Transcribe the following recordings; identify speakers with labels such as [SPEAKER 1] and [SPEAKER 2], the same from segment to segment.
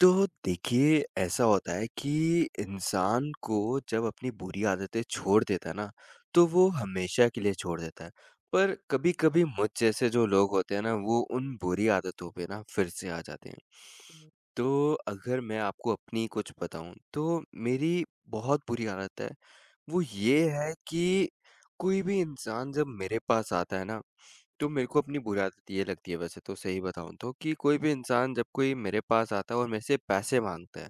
[SPEAKER 1] तो देखिए, ऐसा होता है कि इंसान को जब अपनी बुरी आदतें छोड़ देता है ना, तो वो हमेशा के लिए छोड़ देता है। पर कभी-कभी मुझ जैसे जो लोग होते हैं ना, वो उन बुरी आदतों पे ना फिर से आ जाते हैं।
[SPEAKER 2] हुँ।
[SPEAKER 1] तो अगर मैं आपको अपनी कुछ बताऊँ, तो मेरी बहुत बुरी आदत है, वो ये है कि कोई भी इंसान जब मेरे पास आता है ना, तो मेरे को अपनी बुरी आदत ये लगती है। वैसे तो सही बताऊँ तो कि कोई भी इंसान जब कोई मेरे पास आता है और मेरे से पैसे माँगता है,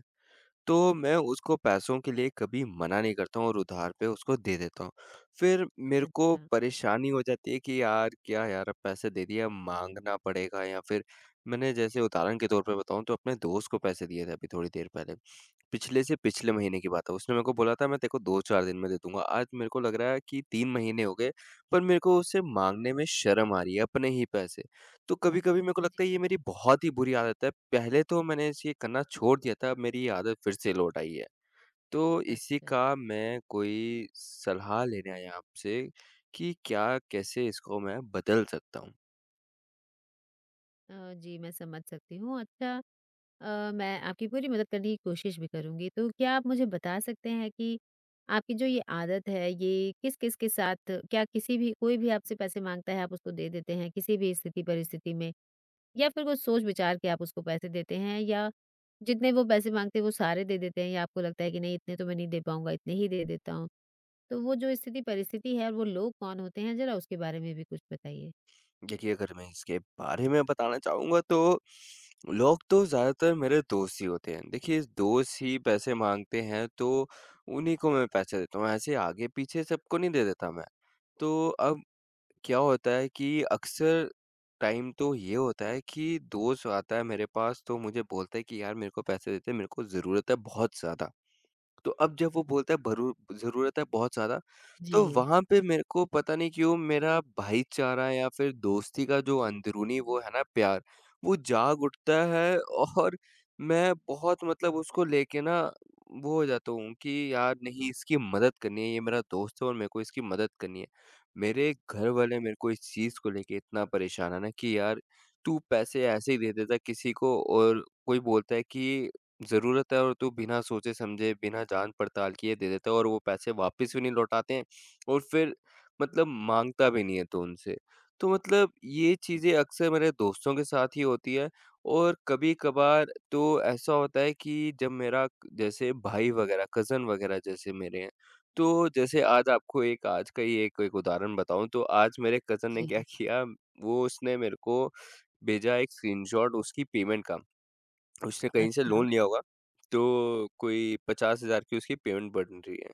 [SPEAKER 1] तो मैं उसको पैसों के लिए कभी मना नहीं करता हूँ और उधार पे उसको दे देता हूँ। फिर मेरे को
[SPEAKER 2] अच्छा।
[SPEAKER 1] परेशानी हो जाती है कि यार क्या यार, अब पैसे दे दिए, अब माँगना पड़ेगा या फिर मैंने जैसे उदाहरण के तौर पे बताऊँ, तो अपने दोस्त को पैसे दिए थे अभी थोड़ी देर पहले। पिछले से पिछले महीने की बात है। उसने मेरे को बोला था मैं तेरे को 2-4 दिन में दे दूँगा। आज मेरे को लग रहा है कि 3 महीने हो गए, पर मेरे को उससे माँगने में शर्म आ रही है अपने ही पैसे। तो कभी-कभी मेरे को
[SPEAKER 2] जी,
[SPEAKER 1] लगता है ये मेरी बहुत ही बुरी आदत है। पहले तो मैंने इसे करना छोड़ दिया था, अब मेरी ये आदत फिर से लौट आई है। तो इसी
[SPEAKER 2] अच्छा।
[SPEAKER 1] का मैं कोई सलाह लेने आया आपसे कि क्या, कैसे इसको मैं बदल सकता हूँ?
[SPEAKER 2] जी, मैं समझ सकती हूँ। अच्छा। मैं आपकी पूरी मदद करने की कोशिश भी करूँगी। तो क्या आप मुझे बता सकते हैं कि आपकी जो ये आदत है, ये किस-किस के साथ क्या किसी भी कोई भी आपसे पैसे माँगता है, आप उसको दे देते हैं किसी भी स्थिति परिस्थिति में? या फिर कुछ सोच विचार के आप उसको पैसे देते हैं या जितने वो पैसे माँगते हैं, वो सारे दे देते हैं या आपको लगता है कि नहीं इतने तो मैं नहीं दे पाऊँगा, इतने ही दे देता हूँ? तो वो जो स्थिति परिस्थिति है और वो लोग कौन होते हैं, ज़रा उसके बारे में भी कुछ बताइए?
[SPEAKER 1] क्योंकि अगर मैं इसके बारे में बताना चाहूँगा, तो लोग तो ज़्यादातर मेरे दोस्त ही होते हैं। देखिए, दोस्त ही पैसे माँगते हैं, तो उन्हीं को मैं पैसे देता हूँ, ऐसे आगे-पीछे सबको नहीं दे देता मैं। तो अब क्या होता है कि अक्सर टाइम तो ये होता है कि दोस्त आता है मेरे पास, तो मुझे बोलता है कि यार मेरे को पैसे देते, मेरे को ज़रूरत है बहुत ज़्यादा। तो अब जब वो बोलता है भरू ज़रूरत है बहुत ज़्यादा, तो
[SPEAKER 2] जी।
[SPEAKER 1] वहाँ पे मेरे को पता नहीं क्यों मेरा भाईचारा या फिर दोस्ती का जो अंदरूनी वो है ना प्यार, वो जाग उठता है और मैं बहुत मतलब उसको लेके ना वो हो जाता हूँ कि यार नहीं, इसकी मदद करनी है, ये मेरा दोस्त है और मेरे को इसकी मदद करनी है। मेरे घर वाले मेरे को इस चीज़ को लेके इतना परेशान है ना कि यार तू पैसे ऐसे ही दे देता है किसी को, और कोई बोलता है कि ज़रूरत है और तू बिना सोचे-समझे, बिना जान-पड़ताल किए दे देता है और वो पैसे वापस भी नहीं लौटाते हैं और फिर मतलब माँगता भी नहीं है तू उनसे। तो मतलब ये चीज़ें अक्सर मेरे दोस्तों के साथ ही होती है और कभी-कभार तो ऐसा होता है कि जब मेरा जैसे भाई वगैरह, कज़न वगैरह जैसे मेरे हैं, तो जैसे आज आपको एक आज का ही एक एक उदाहरण बताऊँ, तो आज मेरे कज़न ने
[SPEAKER 2] जी,
[SPEAKER 1] क्या किया, वो उसने मेरे को भेजा एक स्क्रीनशॉट उसकी पेमेंट का। उसने कहीं से
[SPEAKER 2] अच्छा,
[SPEAKER 1] लोन लिया होगा, तो कोई 50,000 की उसकी पेमेंट बन रही है।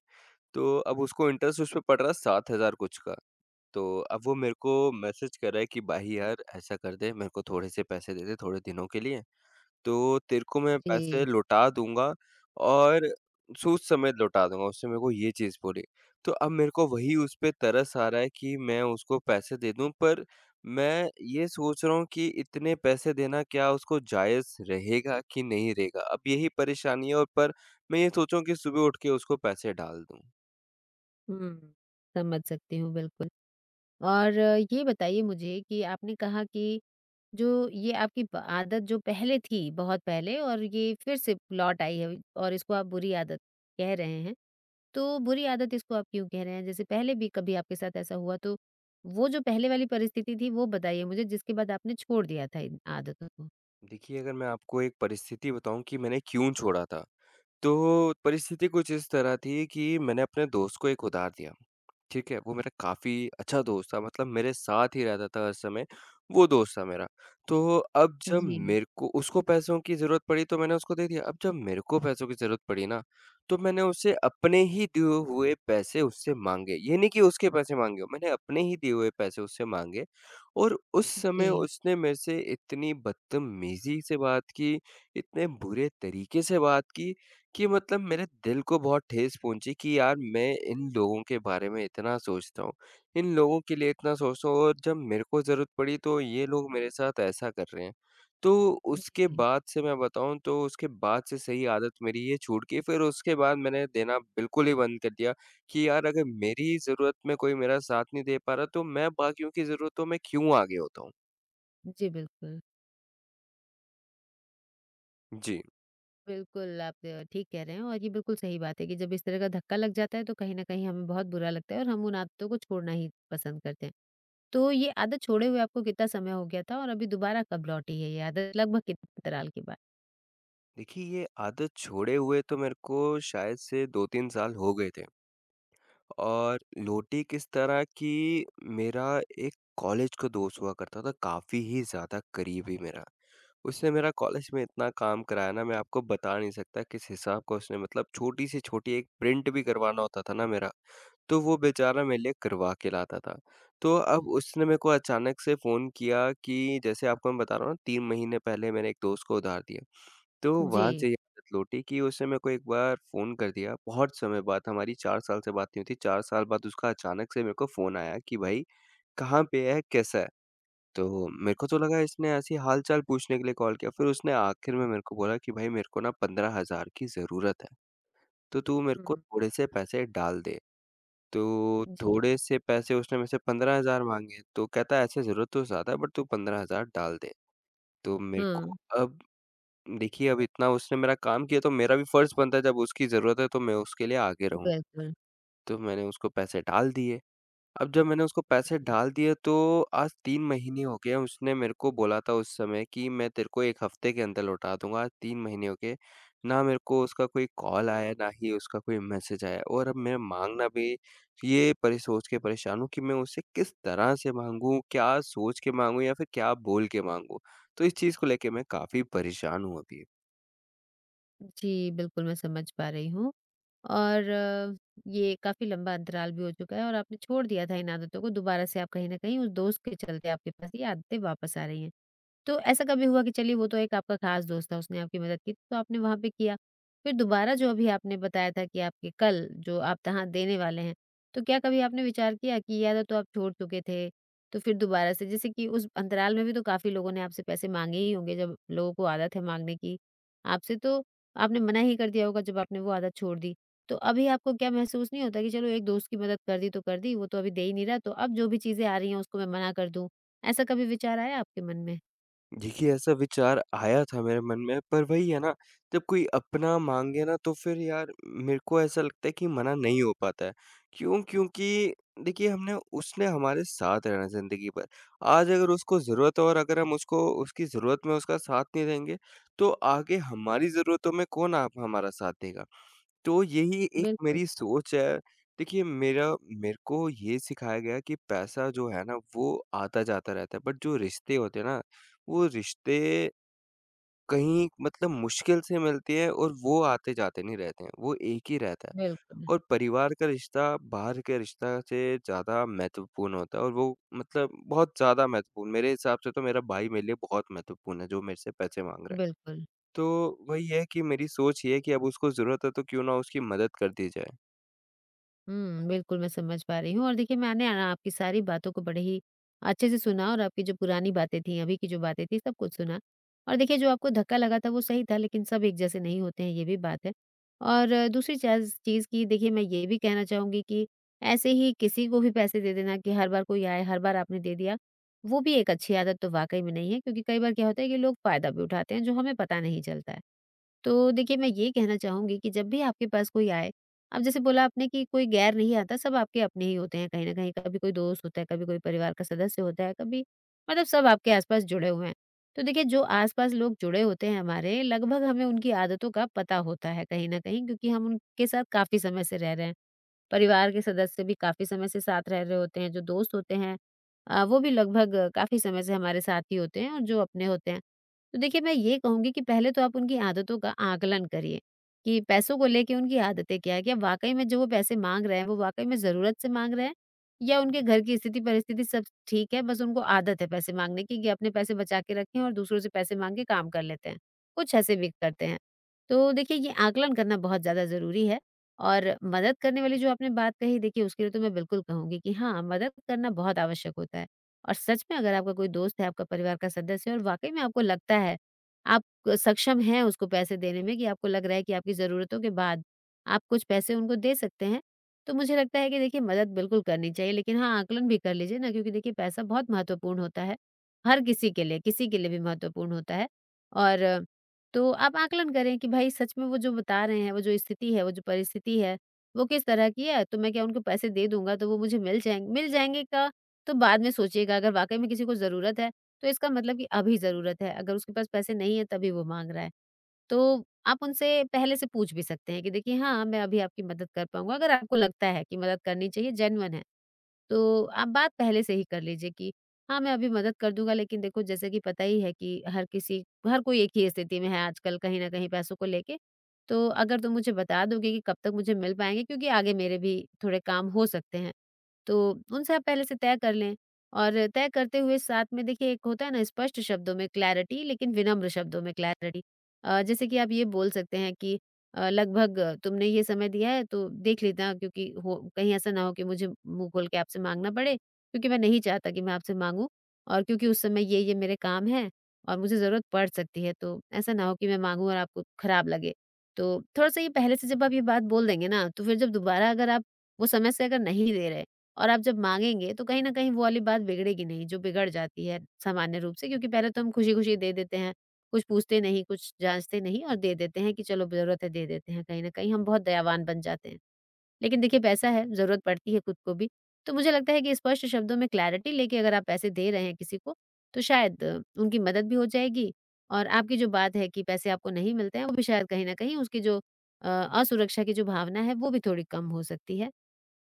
[SPEAKER 1] तो अब उसको इंटरेस्ट उस पे पड़ रहा है 7,000 कुछ का। तो अब वो मेरे को मैसेज कर रहा है कि भाई यार ऐसा कर दे, मेरे को थोड़े से पैसे दे दे थोड़े दिनों के लिए। तो तेरे को मैं पैसे
[SPEAKER 2] जी।
[SPEAKER 1] लौटा दूँगा और सूद समेत लौटा दूँगा, उसने मेरे को ये चीज़ बोली। तो अब मेरे को वही उस पे तरस आ रहा है कि मैं उसको पैसे दे दूँ, पर मैं ये सोच रहा हूँ कि इतने पैसे देना क्या उसको जायज़ रहेगा कि नहीं रहेगा? अब यही परेशानी है, और पर मैं ये सोच रहा हूँ कि सुबह उठ के उसको पैसे डाल दूँ।
[SPEAKER 2] हुँ, समझ सकती हूँ बिल्कुल। और ये बताइए मुझे कि आपने कहा कि जो ये आपकी ब आदत जो पहले थी, बहुत पहले, और ये फिर से लौट आई है और इसको आप बुरी आदत कह रहे हैं, तो बुरी आदत इसको आप क्यों कह रहे हैं? जैसे पहले भी कभी आपके साथ ऐसा हुआ तो वो जो पहले वाली परिस्थिति थी, वो बताइए मुझे जिसके बाद आपने छोड़ दिया था इन आदतों को?
[SPEAKER 1] देखिए, अगर मैं आपको एक परिस्थिति बताऊँ कि मैंने क्यों छोड़ा था, तो परिस्थिति कुछ इस तरह थी कि मैंने अपने दोस्त को एक उधार दिया। ठीक है, वो मेरा काफ़ी अच्छा दोस्त था, मतलब मेरे साथ ही रहता था हर समय, वो दोस्त था मेरा। तो अब जब
[SPEAKER 2] जी,
[SPEAKER 1] मेरे को उसको पैसों की ज़रूरत पड़ी तो मैंने उसको दे दिया। अब जब मेरे को पैसों की ज़रूरत पड़ी ना, तो मैंने उससे अपने ही दिए हुए पैसे उससे माँगे। ये नहीं कि उसके पैसे माँगे हों, मैंने अपने ही दिए हुए पैसे उससे माँगे, और उस समय
[SPEAKER 2] जी,
[SPEAKER 1] उसने मेरे से इतनी बदतमीज़ी से बात की, इतने बुरे तरीके से बात की कि मतलब मेरे दिल को बहुत ठेस पहुँची कि यार मैं इन लोगों के बारे में इतना सोचता हूँ, इन लोगों के लिए इतना सोचता हूँ और जब मेरे को ज़रूरत पड़ी तो ये लोग मेरे साथ ऐसा कर रहे हैं। तो उसके
[SPEAKER 2] जी।
[SPEAKER 1] बाद से मैं बताऊँ, तो उसके बाद से सही आदत मेरी ये छूट गई। फिर उसके बाद मैंने देना बिल्कुल ही बंद कर दिया कि यार अगर मेरी ज़रूरत में कोई मेरा साथ नहीं दे पा रहा, तो मैं बाकियों की ज़रूरतों में क्यों आगे होता हूँ?
[SPEAKER 2] जी, बिल्कुल।
[SPEAKER 1] जी।
[SPEAKER 2] बिल्कुल, आप ठीक कह रहे हैं और ये बिल्कुल सही बात है कि जब इस तरह का धक्का लग जाता है तो कहीं न कहीं हमें बहुत बुरा लगता है और हम उन आदतों को छोड़ना ही पसंद करते हैं। तो ये आदत छोड़े हुए आपको कितना समय हो गया था और अभी दोबारा कब लौटी है ये आदत लगभग कितने अंतराल के बाद?
[SPEAKER 1] देखिए, ये आदत छोड़े हुए तो मेरे को शायद से 2-3 साल हो गए थे। और लोटी किस तरह की, मेरा एक कॉलेज का दोस्त हुआ करता था, काफ़ी ही ज़्यादा करीबी मेरा। उसने मेरा कॉलेज में इतना काम कराया ना, मैं आपको बता नहीं सकता किस हिसाब का। उसने मतलब छोटी से छोटी एक प्रिंट भी करवाना होता था ना मेरा, तो वो बेचारा मेरे लिए करवा के लाता था। तो अब उसने मेरे को अचानक से फ़ोन किया कि जैसे आपको मैं बता रहा हूँ ना 3 महीने पहले मैंने एक दोस्त को उधार दिया। तो
[SPEAKER 2] जी।
[SPEAKER 1] वहाँ से ये आदत लौटी कि उसने मेरे को एक बार फ़ोन कर दिया, बहुत समय बाद। हमारी 4 साल से बात नहीं हुई थी, 4 साल बाद उसका अचानक से मेरे को फ़ोन आया कि भाई कहाँ पे है, कैसा है? तो मेरे को तो लगा इसने ऐसे ही हाल-चाल पूछने के लिए कॉल किया, फिर उसने आखिर में मेरे को बोला कि भाई मेरे को ना 15,000 की ज़रूरत है, तो तू मेरे को
[SPEAKER 2] हुँ,
[SPEAKER 1] थोड़े से पैसे डाल दे। तो
[SPEAKER 2] जी।
[SPEAKER 1] थोड़े से पैसे उसने मेरे से 15,000 माँगे, तो कहता है ऐसे ज़रूरत तो ज़्यादा है बट तू 15,000 डाल दे। तो मेरे को
[SPEAKER 2] हाँ,
[SPEAKER 1] अब देखिए, अब इतना उसने मेरा काम किया तो मेरा भी फ़र्ज़ बनता है जब उसकी ज़रूरत है तो मैं उसके लिए आगे रहूँ।
[SPEAKER 2] बिल्कुल।
[SPEAKER 1] तो मैंने उसको पैसे डाल दिए। अब जब मैंने उसको पैसे डाल दिए, तो आज 3 महीने हो गए हैं। उसने मेरे को बोला था उस समय कि मैं तेरे को 1 हफ़्ते के अंदर लौटा दूँगा। आज 3 महीने हो गए, ना मेरे को उसका कोई कॉल आया है, ना ही उसका कोई मैसेज आया है, और अब मैं माँगना भी ये परे सोच के परेशान हूँ कि मैं उसे किस तरह से माँगूँ? क्या सोच के माँगूँ या फिर क्या बोल के माँगूँ? तो इस चीज़ को लेके मैं काफ़ी परेशान हूँ अभी।
[SPEAKER 2] जी, बिल्कुल मैं समझ पा रही हूँ। और ये काफ़ी लंबा अंतराल भी हो चुका है और आपने छोड़ दिया था इन आदतों को, दोबारा से आप कहीं न कहीं उस दोस्त के चलते आपके पास ये आदतें वापस आ रही हैं। तो ऐसा कभी हुआ कि चलिए वो तो एक आपका ख़ास दोस्त था, उसने आपकी मदद की, तो आपने वहाँ पे किया। फिर दोबारा जो अभी आपने बताया था कि आपके कल जो आप तनख़्वाह देने वाले हैं, तो क्या कभी आपने विचार किया कि ये आदत तो आप छोड़ चुके थे, तो फिर दोबारा से जैसे कि उस अंतराल में भी तो काफ़ी लोगों ने आपसे पैसे माँगे ही होंगे, जब लोगों को आदत है माँगने की आपसे, तो आपने मना ही कर दिया होगा जब आपने वो आदत छोड़ दी। तो अभी आपको क्या महसूस नहीं होता कि चलो एक दोस्त की मदद कर दी तो कर दी, वो तो अभी दे ही नहीं रहा, तो अब जो भी चीज़ें आ रही हैं उसको मैं मना कर दूँ, ऐसा कभी विचार आया आपके मन में?
[SPEAKER 1] देखिए, ऐसा विचार आया था मेरे मन में, पर वही है ना, जब कोई अपना माँगे ना, तो फिर यार मेरे को ऐसा लगता है कि मना नहीं हो पाता है। क्यों? क्योंकि देखिए हमने उसने हमारे साथ रहना है ज़िंदगी भर। आज अगर उसको ज़रूरत है और अगर हम उसको उसकी ज़रूरत में उसका साथ नहीं देंगे, तो आगे हमारी ज़रूरतों में कौन आप हमारा साथ देगा? तो यही एक
[SPEAKER 2] बिल्कुल,
[SPEAKER 1] मेरी सोच है। देखिए मेरा, मेरे को ये सिखाया गया कि पैसा जो है ना वो आता-जाता रहता है, बट जो रिश्ते होते हैं ना, वो रिश्ते कहीं मतलब मुश्किल से मिलते हैं और वो आते-जाते नहीं रहते हैं, वो एक ही रहता है।
[SPEAKER 2] बिल्कुल,
[SPEAKER 1] और परिवार का रिश्ता बाहर के रिश्ता से ज़्यादा महत्वपूर्ण होता है और वो मतलब बहुत ज़्यादा महत्वपूर्ण, मेरे हिसाब से तो मेरा भाई मेरे लिए बहुत महत्वपूर्ण है जो मेरे से पैसे माँग रहा है।
[SPEAKER 2] बिल्कुल।
[SPEAKER 1] तो वही है कि मेरी सोच ये है कि अब उसको ज़रूरत है तो क्यों ना उसकी मदद कर दी जाए।
[SPEAKER 2] हुँ, बिल्कुल मैं समझ पा रही हूँ। और देखिए मैंने ना आपकी सारी बातों को बड़े ही अच्छे से सुना और आपकी जो पुरानी बातें थी, अभी की जो बातें थी सब कुछ सुना। और देखिए जो आपको धक्का लगा था वो सही था, लेकिन सब एक जैसे नहीं होते हैं, ये भी बात है। और दूसरी चज़ चीज़ कि देखिए मैं ये भी कहना चाहूँगी कि ऐसे ही किसी को भी पैसे दे देना कि हर बार कोई आए, हर बार आपने दे दिया, वो भी एक अच्छी आदत तो वाक़ई में नहीं है, क्योंकि कई बार क्या होता है कि लोग फ़ायदा भी उठाते हैं जो हमें पता नहीं चलता है। तो देखिए, मैं ये कहना चाहूँगी कि जब भी आपके पास कोई आए, अब जैसे बोला आपने कि कोई गैर नहीं आता, सब आपके अपने ही होते हैं कहीं न कहीं, कभी कोई दोस्त होता है, कभी कोई परिवार का सदस्य होता है, कभी मतलब सब आपके आस-पास जुड़े हुए हैं। तो देखिए, जो आस-पास लोग जुड़े होते हैं हमारे, लगभग हमें उनकी आदतों का पता होता है कहीं न कहीं क्योंकि हम उनके साथ काफ़ी समय से रह रहे हैं। परिवार के सदस्य भी काफ़ी समय से साथ रह रहे होते हैं, जो दोस्त होते हैं वो भी लगभग काफ़ी समय से हमारे साथ ही होते हैं और जो अपने होते हैं। तो देखिए मैं ये कहूँगी कि पहले तो आप उनकी आदतों का आकलन करिए, कि पैसों को लेके उनकी आदतें क्या है? क्या वाक़ई में जो वो पैसे माँग रहे हैं, वो वाक़ई में ज़रूरत से माँग रहे हैं या उनके घर की स्थिति परिस्थिति सब ठीक है, बस उनको आदत है पैसे माँगने की कि अपने पैसे बचा के रखें और दूसरों से पैसे माँग के काम कर लेते हैं। कुछ ऐसे भी करते हैं। तो देखिए ये आकलन करना बहुत ज़्यादा ज़रूरी है। और मदद करने वाली जो आपने बात कही, देखिए उसके लिए तो मैं बिल्कुल कहूँगी कि हाँ, मदद करना बहुत आवश्यक होता है। और सच में अगर आपका कोई दोस्त है, आपका परिवार का सदस्य है और वाक़ई में आपको लगता है, आप सक्षम हैं उसको पैसे देने में, कि आपको लग रहा है कि आपकी ज़रूरतों के बाद आप कुछ पैसे उनको दे सकते हैं, तो मुझे लगता है कि देखिए मदद बिल्कुल करनी चाहिए। लेकिन हाँ, आकलन भी कर लीजिए ना, क्योंकि देखिए पैसा बहुत महत्वपूर्ण होता है, हर किसी के लिए भी महत्वपूर्ण होता है। और तो आप आकलन करें कि भाई सच में वो जो बता रहे हैं, वो जो स्थिति है, वो जो परिस्थिति है, वो किस तरह की है? तो मैं क्या उनको पैसे दे दूँगा तो वो मुझे मिल जाएँगे, मिल जाएँगे का तो बाद में सोचिएगा। अगर वाक़ई में किसी को ज़रूरत है, तो इसका मतलब कि अभी ज़रूरत है, अगर उसके पास पैसे नहीं है तभी वो माँग रहा है। तो आप उनसे पहले से पूछ भी सकते हैं कि देखिए हाँ, मैं अभी आपकी मदद कर पाऊँगा, अगर आपको लगता है कि मदद करनी चाहिए, जेन्युइन है। तो आप बात पहले से ही कर लीजिए कि हाँ, मैं अभी मदद कर दूँगा लेकिन देखो जैसे कि पता ही है कि हर कोई एक ही स्थिति में है आजकल कहीं न कहीं पैसों को लेके। तो अगर तुम मुझे बता दोगे कि कब तक मुझे मिल पाएँगे क्योंकि आगे मेरे भी थोड़े काम हो सकते हैं। तो उनसे आप पहले से तय कर लें और तय करते हुए साथ में देखिए एक होता है ना स्पष्ट शब्दों में क्लैरिटी, लेकिन विनम्र शब्दों में क्लैरिटी। जैसे कि आप ये बोल सकते हैं कि लगभग तुमने ये समय दिया है तो देख लेना क्योंकि हो कहीं ऐसा ना हो कि मुझे मुँह खोल के आपसे माँगना पड़े, क्योंकि मैं नहीं चाहता कि मैं आपसे माँगूँ और क्योंकि उस समय ये-ये मेरे काम हैं और मुझे ज़रूरत पड़ सकती है, तो ऐसा ना हो कि मैं माँगूँ और आपको खराब लगे। तो थोड़ा-सा ये पहले से जब आप ये बात बोल देंगे ना, तो फिर जब दोबारा अगर आप वो समय से अगर नहीं दे रहे और आप जब माँगेंगे तो कहीं न कहीं वो वाली बात बिगड़ेगी नहीं, जो बिगड़ जाती है सामान्य रूप से, क्योंकि पहले तो हम खुशी-खुशी दे देते हैं, कुछ पूछते नहीं, कुछ जाँचते नहीं और दे देते हैं कि चलो ज़रूरत है दे देते हैं, कहीं न कहीं हम बहुत दयावान बन जाते हैं। लेकिन देखिए पैसा है, ज़रूरत पड़ती है खुद को भी, तो मुझे लगता है कि स्पष्ट शब्दों में क्लैरिटी लेके अगर आप पैसे दे रहे हैं किसी को, तो शायद उनकी मदद भी हो जाएगी और आपकी जो बात है कि पैसे आपको नहीं मिलते हैं, वो भी शायद कहीं न कहीं उसकी जो असुरक्षा की जो भावना है, वो भी थोड़ी कम हो सकती है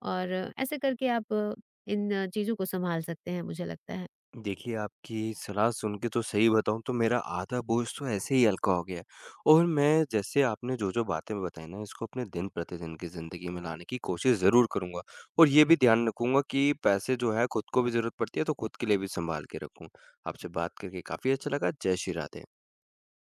[SPEAKER 2] और ऐसे करके आप इन चीज़ों को सँभाल सकते हैं, मुझे लगता है।
[SPEAKER 1] देखिए, आपकी सलाह सुन के तो सही बताऊँ तो मेरा आधा बोझ तो ऐसे ही हल्का हो गया है, और मैं जैसे आपने जो-जो बातें बताई ना, इसको अपने दिन-प्रतिदिन की ज़िंदगी में लाने की कोशिश ज़रूर करूँगा और ये भी ध्यान रखूँगा कि पैसे जो है खुद को भी ज़रूरत पड़ती है, तो खुद के लिए भी सँभाल के रखूँ। आपसे बात करके काफ़ी अच्छा लगा। जय श्री राधे।